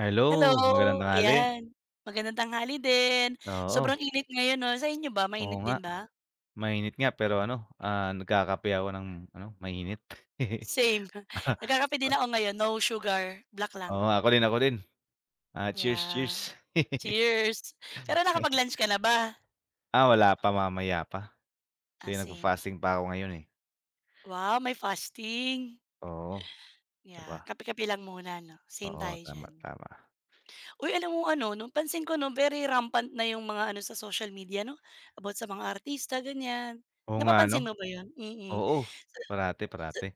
Hello, Hello, magandang tanghali. ayan. Magandang tanghali din. Oo, Sobrang init ngayon 'no, sa inyo ba oo mainit nga. din ba? Mainit nga pero ano, nagkakape ako ng ano, mainit. Same. Para, Nagkakape din ako ngayon, no sugar, black lang. oo, ako din, ako din. Ah, cheers, Yeah, cheers. cheers. Pero nakapag-lunch ka na ba? Ah, wala pa, mamaya pa. Ah, Kasi same. nagfa-fasting pa ako ngayon, eh. Wow, may fasting. Oo, 'di Yeah, ba? kape-kape lang muna 'no, same Oo, tayo tama, diyan. tama. Uy, alam mo ano 'no, pansin ko 'no, very rampant na yung mga ano sa social media 'no, about sa mga artista, ganyan. Oo nga, ano? Napapansin mo ba yun? Mm. Oo, parate Sa parate.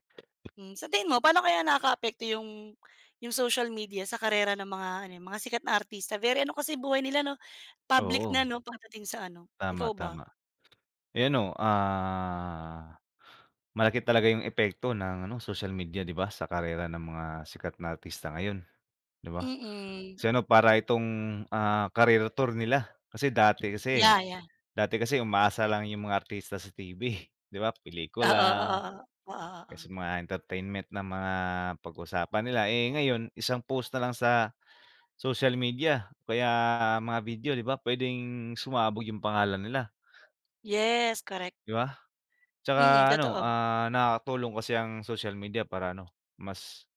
Sa tingin mo paano kaya nakakaapekto yung social media sa karera ng mga ano, mga sikat na artista? Very ano kasi buhay nila 'no, public na Oo, 'no pagdating sa ano. Ikaw tama, ba? tama. Ayan, oh, malaki talaga yung epekto ng ano, social media, 'di ba, sa karera ng mga sikat na artista ngayon, 'di ba? Mm. Kasi ano, para itong, career tour nila. Kasi dati kasi Yeah, yeah. Dati kasi umaasa lang yung mga artista sa TV, 'di ba, Oo, pelikula, oo, oo. Oo, kasi oo. mga entertainment na mga pag-usapan nila. Eh, ngayon isang post na lang sa social media kaya mga video, 'di ba, pwedeng sumabog yung pangalan nila, Yes, correct. 'di ba? Mm, Tsaka ano, totoo. Nakakatulong kasi ang social media para ano, mas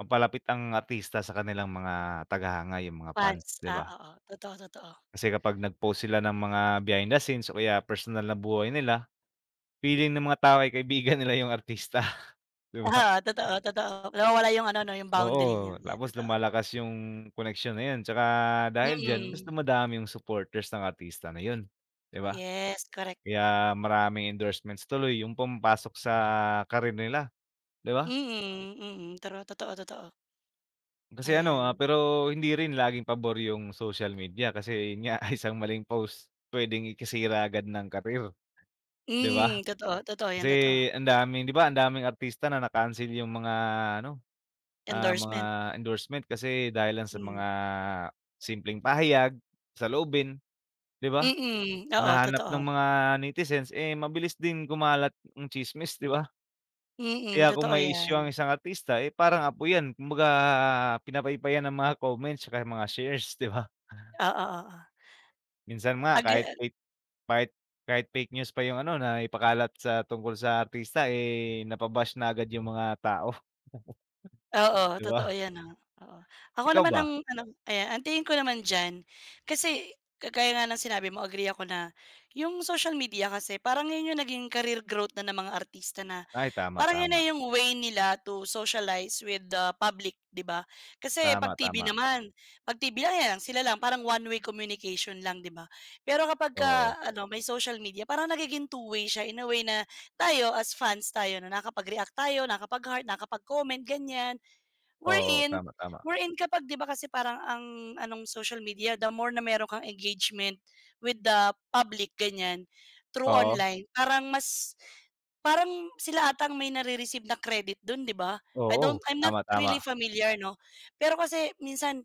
mapalapit ang artista sa kanilang mga tagahanga, yung mga fans, Fans. 'di Ah, ba? oo. Totoo, totoo. Kasi kapag nag-post sila ng mga behind the scenes o kaya personal na buhay nila, feeling ng mga tao ay kaibigan nila yung artista, 'di ba? Ah, oo, totoo, totoo. Nawawala yung ano 'no, yung boundary niya. Oo, Yeah, tapos totoo. lumalakas yung connection na yun tsaka dahil diyan mas Mm. dumadami yung supporters ng artista na yun, 'di ba? Yes, correct. Kaya maraming endorsements tuloy yung pumapasok sa karir nila, 'di ba? Mm, mm. True, totoo, totoo. Kasi ano, Ayan. pero hindi rin laging pabor yung social media kasi yun nga isang maling post puwedeng ikasira agad ng karir 'di Mm, ba? totoo, totoo yan, Kasi totoo. ang daming 'di ba ang daming artista na na-cancel yung mga ano, mga Endorsement. endorsement kasi dahil lang sa mga Mm. simpleng pahayag, saloobin, 'di ba? Mm, oo Hinahanap totoo. ng mga netizens, eh, mabilis din kumalat ang tsismis, 'di ba? Mm, Kaya kung totoo may issue 'yan. ang isang artista, eh, parang apo 'yan kumbaga pinapaypayan ng mga comments tsaka mga shares, 'di ba? Oo, oo. Minsan nga Ag kahit fake kahit kahit fake news pa yung ano na ipakalat sa tungkol sa artista, eh, napa-bash na agad yung mga tao, oo, 'di ba? totoo 'yan, ah, oo. Ako Ikaw naman ba? ang ano ayan, ang tingin ko naman diyan, kasi kagaya nga ng sinabi mo agree ako na, yung social media kasi parang 'yun yung naging career growth na ng mga artista na. Ay tama, Parang yun tama. na yung way nila to socialize with the public, 'di ba? Kasi 'pag Tama, TV tama. naman, 'pag TV lang, ayan lang, sila lang, parang one way communication lang, 'di ba? Pero Oo. kapagka ano, may social media, parang nagiging two way siya in a way na tayo as fans tayo na nakakapag-react tayo, nakakapag-heart, nakakapag-comment, ganyan. Oo, Wherein tama, tama. wherein kapag 'di ba kasi parang ang anong social media, the more na meron kang engagement with the public, ganyan, through Oo, online, parang mas parang sila atang may nare-receive na credit dun, 'di ba? Oo. I'm not Tama, really tama. familiar 'no. Pero kasi minsan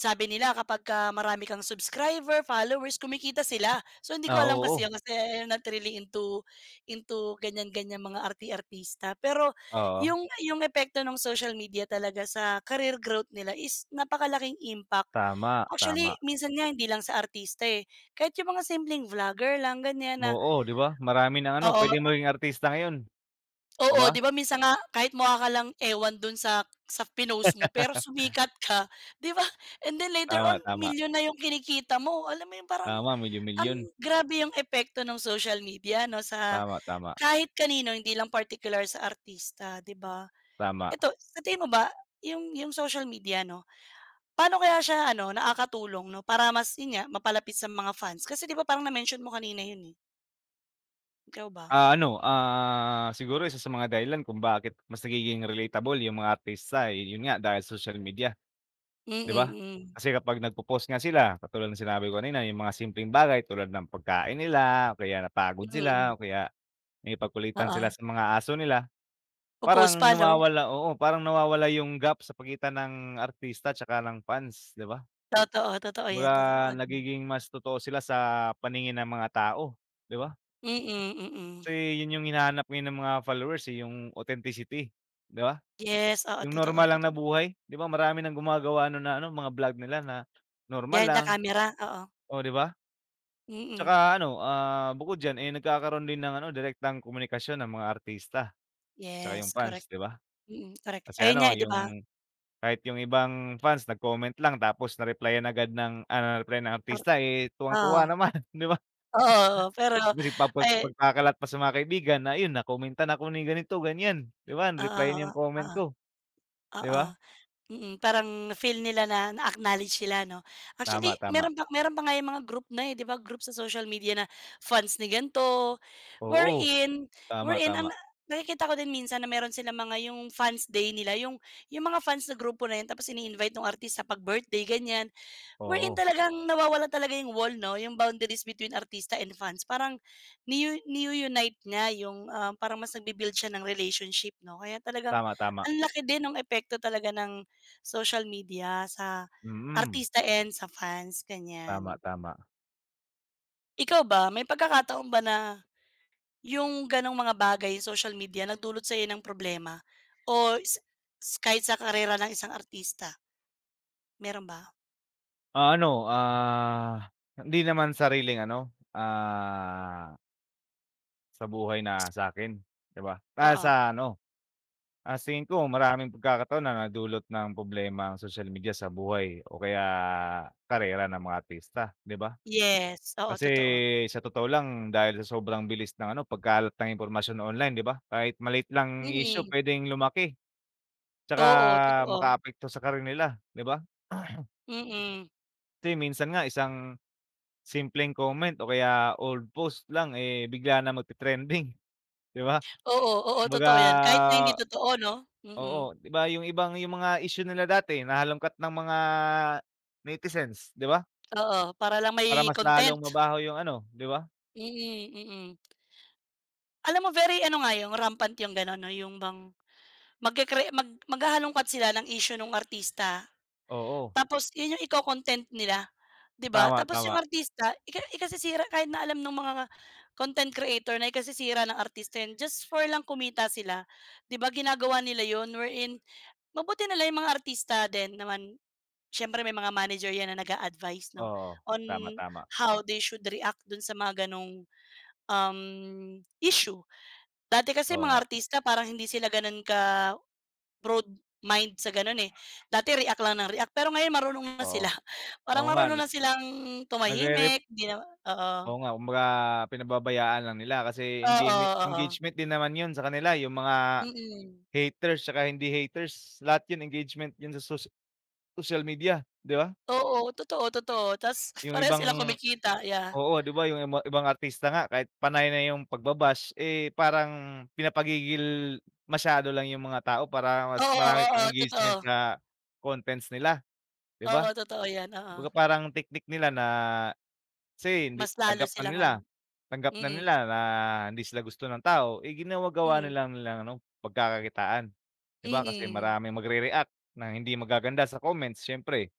sabi nila kapagka marami kang subscriber, followers, kumikita sila. So hindi ko Ah, alam kasi oo. yun kasi I'm not really into ganyan ganyan mga arti-artista. Pero Oo. Yung epekto ng social media talaga sa career growth nila is napakalaking impact. Tama, tama. Actually, minsan nga hindi lang sa artista, eh, kahit yung mga simpleng vlogger lang ganyan na Oo, 'di ba? Marami ng ano, oo, puwedeng maging artista ngayon, 'di oo, ba? 'di ba minsan nga kahit mukha ka lang ewan dun sa pinost mo pero sumikat ka, 'di ba? And then later on Tama, tama. milyon na yung kinikita mo. Alam mo yun parang Tama, ang milyon-milyon. grabe yung epekto ng social media 'no sa Tama, tama, kahit kanino hindi lang particular sa artista, 'di ba? tama. Eto, sa tingin mo ba yung social media 'no, paano kaya siya ano nakakatulong 'no para mas yun nga mapalapit sa mga fans? Kasi 'di ba parang na-mention mo kanina yun, eh. Ikaw ba? Ah, ano, siguro isa sa mga dahilan kung bakit mas nagiging relatable yung mga artista, eh, yun nga dahil social media. Mm, 'Di ba? mm. Kasi kapag nagpo-post nga sila, katulad ng sinabi ko kanina, yung mga simpleng bagay tulad ng pagkain nila o kaya Mm. napagod Mm, mm. sila o kaya nakipagkulitan Oo, sila sa mga aso nila, po-post parang pa 'no? nawawala oo, parang nawawala yung gap sa pagitan ng artista tsaka ng fans, 'di ba? Totoo, totoo 'yan, Kumbaga totoo, agree. nagiging mas totoo sila sa paningin ng mga tao, 'di ba? Mm, mm. Kasi yun yung hinahanap ngayon ng mga followers, eh, yung authenticity, 'di ba? Yes, oo, Yung totoo, normal lang na totoo. buhay, 'di ba marami ng gumagawa ano na ano, mga vlog nila na normal Behind the lang, camera, oo. oh, 'di ba? Mm, Tsaka ano, bukod diyan, eh, nagkakaroon din ng ano, direktang komunikasyon ng mga artista tsaka yung yes, correct. fans, 'di ba? Mm, correct. Kasi Ayun nga, ano, eh, 'di ba? yung kahit yung ibang fans nag-comment lang tapos na-replyan ng Par artista, eh, oo, tuwang-tuwa naman, 'di ba? oo, oo, pero Tapos ay pagkakalat pa sa mga kaibigan na yun "Nakomentan ako ni ganito, ganiyan." 'Di ba, oo, replyan yung oo, comment oo, ko, 'di ba? oo. Mm, parang feel nila na na-acknowledge sila 'no. Actually, Tama, tama. Meron pa nga yung mga group na, eh, 'di ba, group sa social media na fans ni ganito, Oo, wherein tama, wherein ang tama. nakikita ko din minsan na meron silang mga yung fans day nila, yung mga fans na grupo na yun tapos ini-invite nung artist sa pag-birthday, ganyan. Wherein Oo, talagang nawawala talaga yung wall 'no, yung boundaries between artista and fans parang niu niu unite niya yung, ah, parang mas nagbi siya ng relationship 'no. Kaya talagang tama, tama. ang laki din ng epekto talaga ng social media sa Mm, artista and sa fans, tama, ganyan. tama. Ikaw ba, may pagkakataon ba na yung gano'ng mga bagay, social media nagdulot sa'yo ng problema o s s kahit sa karera ng isang artista, meron ba? Ah, ano, hindi naman sariling ano, sa buhay na sa'kin, 'di ba? Ah, Oo. sa ano, sa tingin ko maraming pagkakataon na nadulot ng problema ang social media sa buhay o kaya karera ng mga artista, 'di ba? Yes, oo Kasi totoo. sa totoo lang dahil sa sobrang bilis ng ano, pagkalat ng impormasyon online, 'di ba? Kahit maliit lang issue Mm. puwedeng lumaki, 'tsaka Oo, totoo. makaapekto sa career nila, 'di ba? Mm. Kasi minsan nga isang simpleng comment o kaya old post lang, eh, bigla na magte-trending, 'di ba? Oo, oo, Kumbaga totoo 'yan. Kahit na hindi totoo 'no? Mm. oo, 'di ba yung mga issue nila dati nahalongkat ng mga netizens, 'di ba? Oo, para lang may Para mas content. lalong mabaho yung ano, 'di ba? Mm, mm. Alam mo very ano nga 'yung rampant 'yung gano'n 'no, 'yung bang magkekre mag maghahalungkat sila ng issue nung artista, Oo, tapos 'yun 'yung iko-content nila, 'di ba? tama, Tapos 'yung tama. artista ika ikasisira kahit na alam nung mga content creator na ikasisira ng artista 'yun, just for lang kumita sila. 'Di ba ginagawa nila 'yun, wherein mabuti na lang yung mga artista din naman, siyempre may mga manager 'yan na nag-a-advice 'no, Oo, on tama, tama. how they should react dun sa mga gano'ng, issue. Dati kasi Oo mga nga, artista parang hindi sila gano'n ka broad mind sa gano'n, eh. Dati react lang ng react, pero ngayon marunong na oo. sila. Parang Oo nga marunong na na silang nagre-rep tumahimik, 'di na oo. Oo nga kumbaga pinababayaan lang nila kasi Oo, oo. engagement din naman yun sa kanila yung mga Mm. haters tsaka hindi haters, lahat yun engagement yun sa social Social media, 'di ba? Oo, totoo, totoo. Ta's Yung parehas silang ibang kumikita, yeah. Oo, 'di ba, yung ibang artista nga kahit panay na yung eh, parang pinapagigil masyado lang yung mga tao para mas Oo, marami pang oo, engagement totoo. sa contents nila, 'di Oo, ba? totoo 'yan, oo. Kumbaga parang teknik nila na kasi hindi Mas lalo tanggap na silang nila, ano mm, na hindi sila gusto ng tao, eh, ginagawa na mm, nilang ano, pagkakakitaan, 'di ba? Kasi mm. maraming magre-react ng hindi magaganda sa comments siyempre,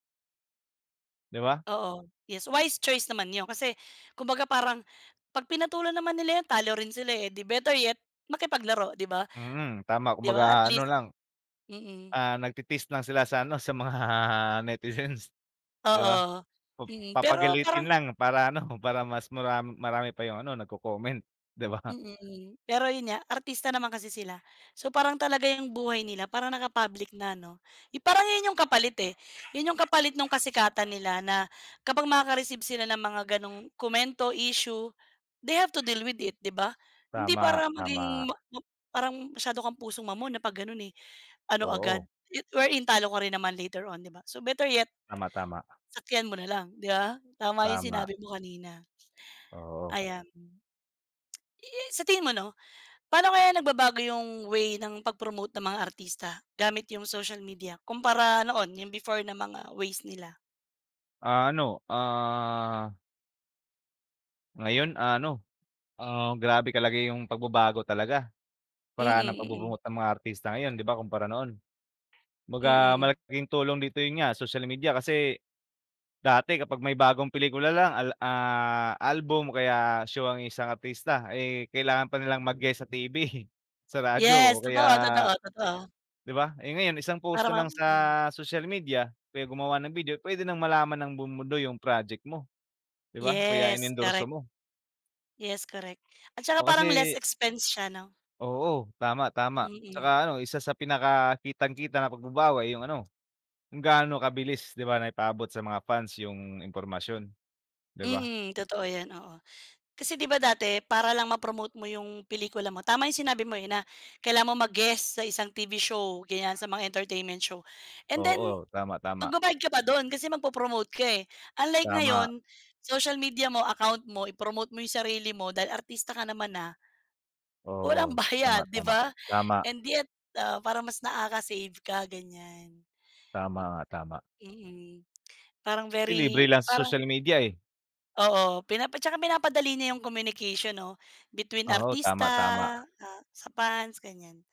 'di ba? Oo, yes, wise choice naman 'yun kasi kumbaga parang 'pag pinatulan naman nila 'yun talo rin sila, eh, 'di better yet makipaglaro 'di ba? Mm, tama 'Di kumbaga ba at ano least lang mm, nagti-tease lang sila sa ano, sa mga netizens, 'di ba? oo, Pa mm. Pero Papagalitin parang lang para ano, para mas marami pa yung ano, nagko-comment, 'di ba? mm, pero yun nga, artista naman kasi sila. So, parang talaga yung buhay nila parang naka-public na 'no. Yung parang yun yung kapalit, eh, yun yung kapalit nung kasikatan nila na kapag makaka-receive sila ng mga ganong komento, issue, they have to deal with it, 'di ba? Hindi Tama, para tama. maging ma ma parang masyado kang pusong mamon na 'pag ganun, eh, ano agad, Oo, it wherein talo ka rin naman later on, 'di ba? So, better yet, tama, tama, sakyan mo na lang, 'di ba? Tama yung tama, sinabi mo kanina, oo. ayan. Eh, sa tingin mo 'no paano kaya nagbabago yung way ng pag-promote ng mga artista gamit yung social media kumpara noon, yung before na mga ways nila? Ah, ano, ngayon ah, ano, grabe talaga yung pagbabago talaga, Mm, paraan ng mm, mm. pagbubuhat ng mga artista ngayon, 'di ba, kumpara noon. Kumbaga Mm. malaking tulong dito yun nga, social media kasi. Dati kapag may bagong pelikula album o kaya show ang isang artista, eh, kailangan pa nilang mag-guest sa TV, sa radyo o Yes, kaya totoo, totoo, totoo. 'di ba? Eh, ngayon isang post Para ma na lang sa hmm, social media, o kaya gumawa ng video, puwede nang malaman ng buong mundo yung project mo, 'di ba? O kaya yes, correct. inendorso mo. Yes, correct. At saka O parang less kasi expense siya 'no? oo, tama, tama. Tsaka Mm. ano, isa sa pinakakitang-kita na pagbabawi yung ano, kung gaano kabilis 'di ba, naipaabot sa mga fans yung impormasyon, 'di ba? Mm, totoo 'yan, oo. Kasi 'di ba dati para lang ma-promote mo yung pelikula mo, tama yung sinabi mo, eh, na kailangan mo mag-guest sa isang TV show, ganyan, sa mga entertainment show. And then Oo, tama, tama. magbabayad ka pa dun kasi magpo-promote ka, eh. Unlike ngayon, Tama. social media mo, account mo, i-promote mo yung sarili mo dahil artista ka naman na walang Oo, tama, bayad, 'di tama. ba? Tama, And yet, ah, parang mas nakaka-save ka, ganyan. tama nga, tama. Mm. Parang Kasi libre very lang sa parang social media, eh. oo, pinapa tsaka pinapadali niya yung communication 'no, between Oo, artista, tama, tama. ah, sa fans ganyan.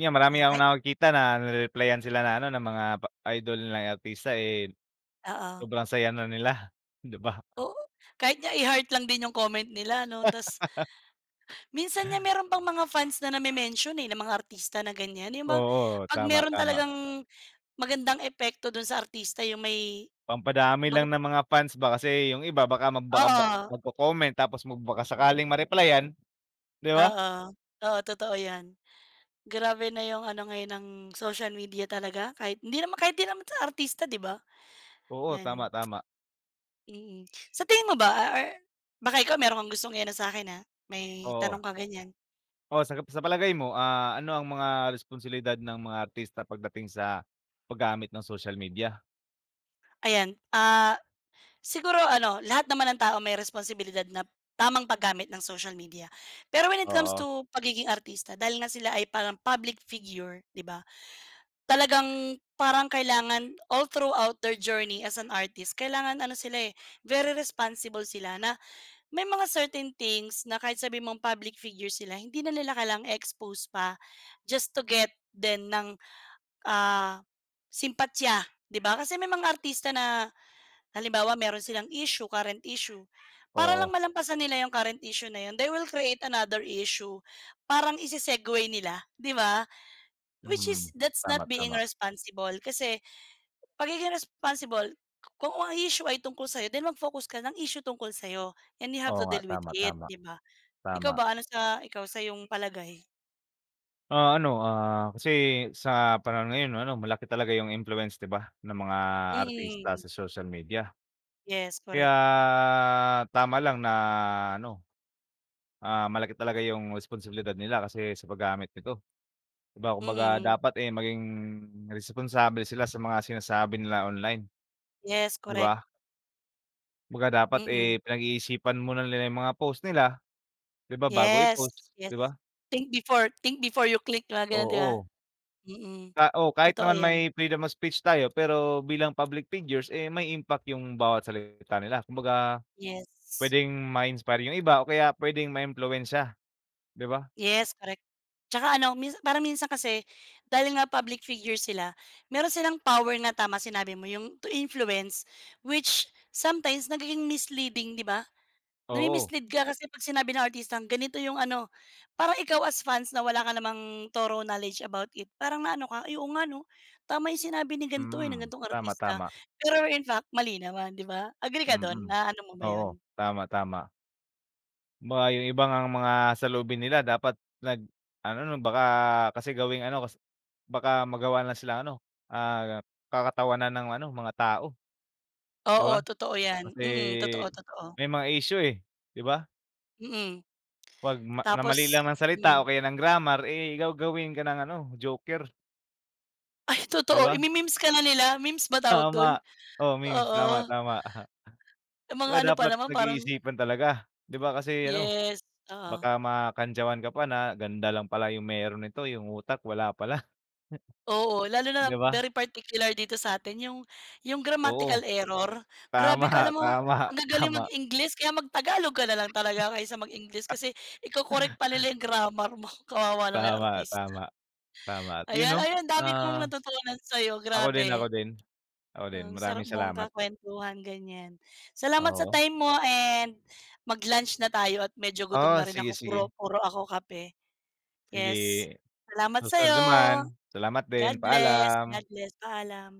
Yan, marami 'Yan akong kahit nakakita na nire-replyan sila na ano, ng mga idol na artista, eh, oo. sobrang saya na nila, 'di ba? Oo, kahit nga i-heart lang din yung comment nila 'no, ta's minsan nga meron pang mga fans na name-mention, eh, ng mga artista na ganyan, yung bang Oo, 'pag tama, meron tama. talagang magandang epekto dun sa artista yung may Pampadami lang kumbaga ng mga fans ba kasi yung iba baka ba oo, magko-comment tapos baka sakaling ma-replyan, 'di ba? oo, oo, totoo 'yan. Grabe na yung ano ngayon ng social media talaga kahit hindi naman kahit 'di naman sa artista 'di ba? Oo, 'Yan. tama, tama. Mm. Sa tingin mo ba, ah, or baka ikaw meron kang gustong i-ano sa'kin, ah, may Oo. tanong ka ganyan. Oh, sa palagay mo, ah, ano ang mga responsilidad ng mga artista pagdating sa paggamit ng social media? Ayan, ah, siguro ano, lahat naman ng tao may responsibilidad na tamang paggamit ng social media. Pero when it comes Oo, to pagiging artista, dahil nga sila ay parang public figure, 'di ba? Talagang parang kailangan all throughout their journey as an artist, kailangan ano sila, eh, very responsible sila na may mga certain things na kahit sabi mong public figure sila, hindi na nila kailangang expose pa just to get din ng, ah, simpatya, 'di ba? Kasi may mga artista na halimbawa meron silang issue, current issue, para lang oo. malampasan nila yung current issue na yun, they will create another issue. Parang ise-segue nila, 'di ba? Which is Mm, that's not tama, being tama. responsible kasi pagiging responsible, kung ang issue ay tungkol sa'yo, then mag-focus ka ng issue tungkol sa'yo and you have Oo to nga, deal with tama, it, tama, 'di ba? Ikaw tama. ba, ano sa ikaw sa iyong palagay? Ah, ano, kasi sa panahon ngayon ano, malaki talaga yung influence 'di ba, ng mga artista Mm, sa social media. yes, Kaya correct. tama lang na ano, malaki talaga yung responsibilidad nila kasi sa paggamit nito. 'Di ba kumbaga Mm, dapat, eh, maging responsable sila sa mga sinasabi nila online. yes, 'Di correct. ba? Kumbaga dapat, eh, Mm, pinag-iisipan muna nila yung mga post nila, 'di ba, bago i-post, yes, yes. 'di ba? Think before you click, mga gano'n, 'di ba? Oo, Mm, oo, kahit totoo naman may 'yan. freedom of speech tayo pero bilang public figures, eh, may impact yung bawat salita nila. Kumbaga Yes. puwedeng ma-inspire yung iba o kaya puwedeng maimpluwensiya, 'di ba? Yes, correct. Tsaka ano, minsan parang minsan kasi dahil nga public figure sila, meron silang power na tama sinabi mo, yung to influence, which sometimes nagiging misleading, 'di ba? Oo, Nami-mislead ka kasi 'pag sinabi ng artistang ganito yung ano, parang ikaw as fans na wala ka namang thorough knowledge about it, parang na ano ka, "Ay oo nga 'no, tama yung sinabi ni gan'to, eh, ng mm. gan'tong Tama, artista." tama. Pero in fact mali naman, 'di ba? Agree ka Mm. Mm. do'n? Naano mo ba Oo, 'yun? tama, tama. Baka yung iba ngang mga saloobin nila dapat ano 'no, baka kasi gawing ano kas baka magawa na silang ano, kakatawanan ng ano, mga tao, 'di Oo, ba? totoo 'yan. Kasi Mm, totoo, totoo. may mga issue, eh, 'di ba? Mm. 'Pag na mali Tapos lang ng salita hmm. o kaya ng grammar, eh, gagawin ka ng ano, joker, Ay 'di totoo, ba? imi-memes ka na nila. Memes ba tawag do'n? Tama, oo, memes, Oo, tama, tama. yung mga Kaya ano pa dapat naman parang pinag-iisipan talaga, 'di ba? Kasi ano, yes, oo. baka makantyawan ka pa na, "Ganda lang pala yung meron nito, yung utak wala pala," Oo, lalo na 'di ba? very particular dito sa atin yung grammatical Oo, error. Grabe tama, ka alam mo, tama, ang gagaling tama, mag-English kaya mag-Tagalog ka na lang talaga kaysa mag-English kasi iko-correct pa nila yung grammar mo, kawawa naman yung tama, artista. tama, tama. Ayan, ayun ang dami kong ah, natutunan sa'yo, Ako din, ako grabe. din, ako din. Ang Maraming sarap mong salamat, kakuwentuhan, ganyan. Salamat sa oo. time mo and mag-lunch na tayo at medyo gutom Oo, na rin sige, ako, sige. puro puro ako kape. Yes, Sige, salamat susunod sa'yo. naman. Salamat din, God paalam. bless, paalam.